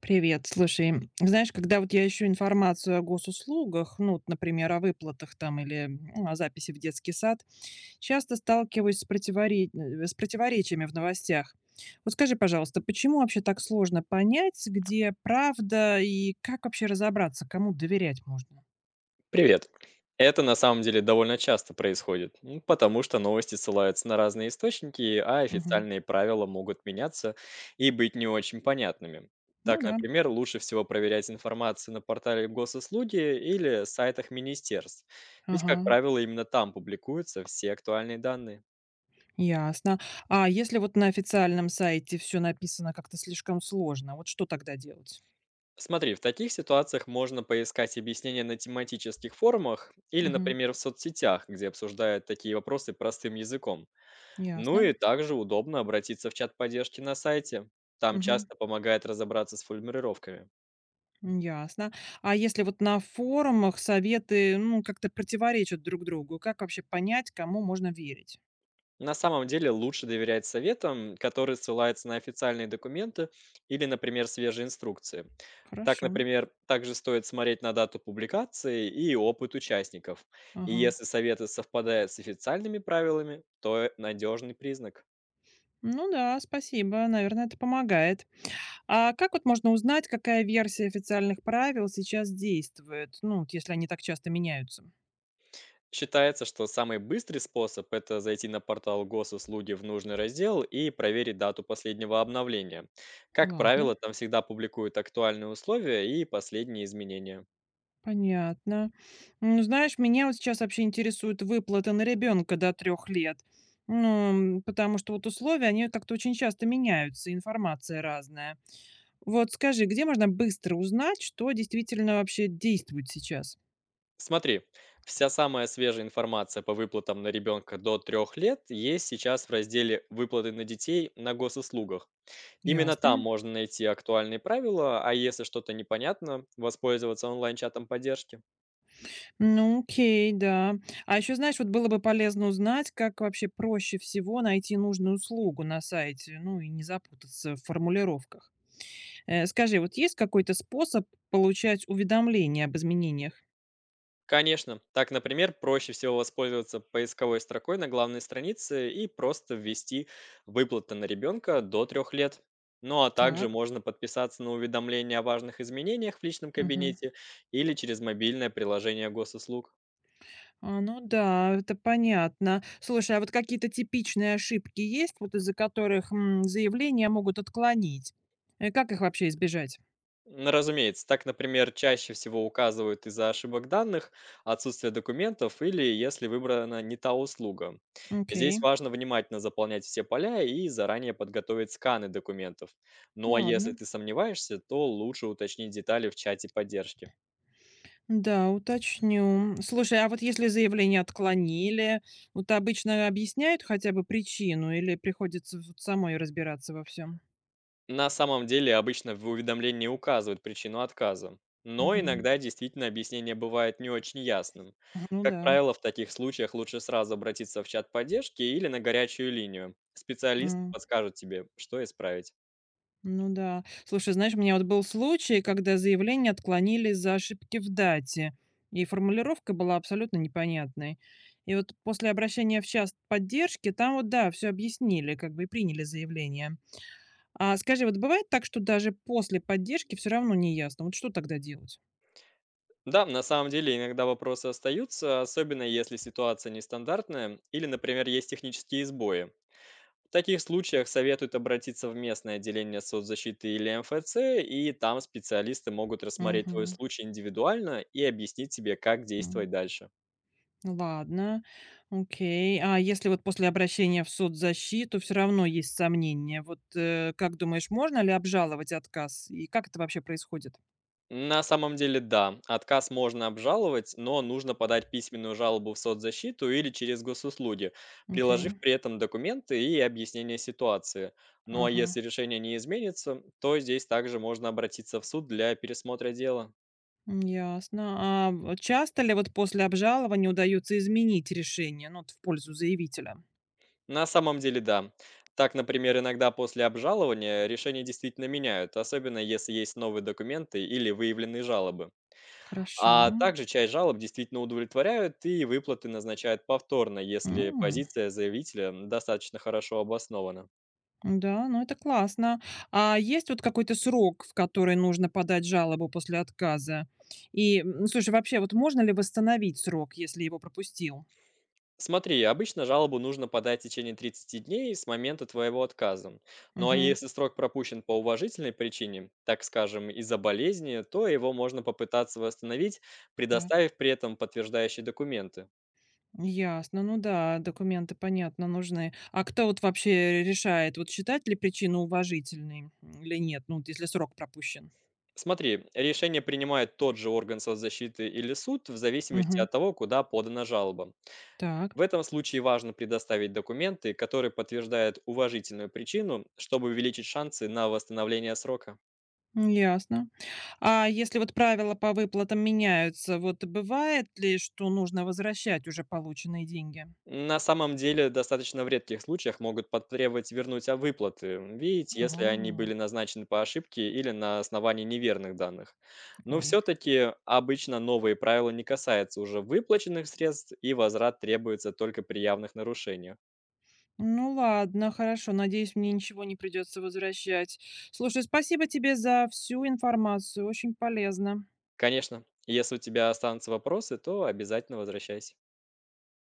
Привет, слушай, знаешь, когда вот я ищу информацию о госуслугах, ну, вот, например, о выплатах там или о записи в детский сад, часто сталкиваюсь с противоречиями в новостях. Вот скажи, пожалуйста, почему вообще так сложно понять, где правда и как вообще разобраться, кому доверять можно? Привет. Это на самом деле довольно часто происходит, потому что новости ссылаются на разные источники, а Мгм. официальные правила могут меняться и быть не очень понятными. Ну Так, да, например, лучше всего проверять информацию на портале госуслуги или сайтах министерств, ведь, ага, как правило, именно там публикуются все актуальные данные. ясно. А если вот на официальном сайте все написано как-то слишком сложно, вот что тогда делать? Смотри, в таких ситуациях можно поискать объяснения на тематических форумах или, Мгм. например, в соцсетях, где обсуждают такие вопросы простым языком. Ну Ясно. и также удобно обратиться в чат поддержки на сайте. Там Мгм. часто помогает разобраться с формулировками. Ясно. А если вот на форумах советы, ну, как-то противоречат друг другу, как вообще понять, кому можно верить? На самом деле лучше доверять советам, которые ссылаются на официальные документы или, например, свежие инструкции. Так, Хорошо. например, также стоит смотреть на дату публикации и опыт участников. И Ага. если советы совпадают с официальными правилами, то надежный признак. Ну да, спасибо. Наверное, это помогает. А как вот можно узнать, какая версия официальных правил сейчас действует? Ну, вот если они так часто меняются. Считается, что самый быстрый способ — это зайти на портал госуслуги в нужный раздел и проверить дату последнего обновления. Как Ладно. правило, там всегда публикуют актуальные условия и последние изменения. Понятно. Ну, знаешь, меня вот сейчас вообще интересуют выплаты на ребенка до 3 лет. Ну, потому что вот условия, они как-то очень часто меняются, информация разная. Вот скажи, где можно быстро узнать, что действительно вообще действует сейчас? Смотри, вся самая свежая информация по выплатам на ребенка до 3 лет есть сейчас в разделе «Выплаты на детей на госуслугах». Именно Ясно. там можно найти актуальные правила, а если что-то непонятно, воспользоваться онлайн-чатом поддержки. Ну, окей, да. А еще, знаешь, вот было бы полезно узнать, как вообще проще всего найти нужную услугу на сайте, ну и не запутаться в формулировках. Скажи, вот есть какой-то способ получать уведомления об изменениях? Конечно. Так, например, проще всего воспользоваться поисковой строкой на главной странице и просто ввести выплаты на ребенка до 3 лет. Ну а также Так. можно подписаться на уведомления о важных изменениях в личном Мгм. кабинете или через мобильное приложение госуслуг. А, ну да, это понятно. Слушай, а вот какие-то типичные ошибки есть, вот из-за которых заявления могут отклонить? Как их вообще избежать? Ну, разумеется, так, например, чаще всего указывают из-за ошибок данных, отсутствия документов или если выбрана не та услуга. Окей, Здесь важно внимательно заполнять все поля и заранее подготовить сканы документов. Ну а если ладно. ты сомневаешься, то лучше уточнить детали в чате поддержки. Да, уточню. Слушай, а вот если заявление отклонили, вот обычно объясняют хотя бы причину или приходится вот самой разбираться во всем? На самом деле обычно в уведомлении указывают причину отказа, но Мгм. иногда действительно объяснение бывает не очень ясным. Ну Как да. правило, в таких случаях лучше сразу обратиться в чат поддержки или на горячую линию. Специалист М, подскажет тебе, что исправить. Ну да. Слушай, знаешь, у меня вот был случай, когда заявление отклонили из-за ошибки в дате, и формулировка была абсолютно непонятной. И вот после обращения в час поддержки, там вот да, все объяснили, как бы и приняли заявление. А скажи, вот бывает так, что даже после поддержки все равно не ясно, вот что тогда делать? Да, на самом деле иногда вопросы остаются, особенно если ситуация нестандартная или, например, есть технические сбои. В таких случаях советуют обратиться в местное отделение соцзащиты или МФЦ, и там специалисты могут рассмотреть твой Мгм, случай индивидуально и объяснить тебе, как м. действовать дальше. Ладно, окей. А если вот после обращения в соцзащиту все равно есть сомнения, вот, как думаешь, можно ли обжаловать отказ и как это вообще происходит? На самом деле, да, отказ можно обжаловать, но нужно подать письменную жалобу в соцзащиту или через госуслуги, приложив Окей, при этом документы и объяснение ситуации. Ну а ага. если решение не изменится, то здесь также можно обратиться в суд для пересмотра дела. Ясно. А, в часто ли вот после обжалования удается изменить решение, ну, вот в пользу заявителя? На самом деле, да. Так, например, иногда после обжалования решения действительно меняют, особенно если есть новые документы или выявленные жалобы. Хорошо. А также часть жалоб действительно удовлетворяют и выплаты назначают повторно, если М, позиция заявителя достаточно хорошо обоснована. да, ну это классно. А есть вот какой-то срок, в который нужно подать жалобу после отказа? И, слушай, вообще, вот можно ли восстановить срок, если его пропустил? Смотри, обычно жалобу нужно подать в течение 30 дней с момента твоего отказа. Ну а Угу, если срок пропущен по уважительной причине, так скажем, из-за болезни, то его можно попытаться восстановить, так. предоставив при этом подтверждающие документы. Ясно, ну да, документы, понятно, нужны. А кто вот вообще решает, вот считать ли причину уважительной или нет, ну, вот если срок пропущен? Смотри, решение принимает тот же орган соцзащиты или суд в зависимости Угу, от того, куда подана жалоба. так. В этом случае важно предоставить документы, которые подтверждают уважительную причину, чтобы увеличить шансы на восстановление срока. Ясно. А если вот правила по выплатам меняются, вот бывает ли, что нужно возвращать уже полученные деньги? На самом деле, достаточно в редких случаях могут потребовать вернуть выплаты, видите, Ага, если они были назначены по ошибке или на основании неверных данных. Но ой. все-таки обычно новые правила не касаются уже выплаченных средств, и возврат требуется только при явных нарушениях. Ну ладно, хорошо. Надеюсь, мне ничего не придется возвращать. Слушай, спасибо тебе за всю информацию. Очень полезно. Конечно, если у тебя останутся вопросы, то обязательно возвращайся.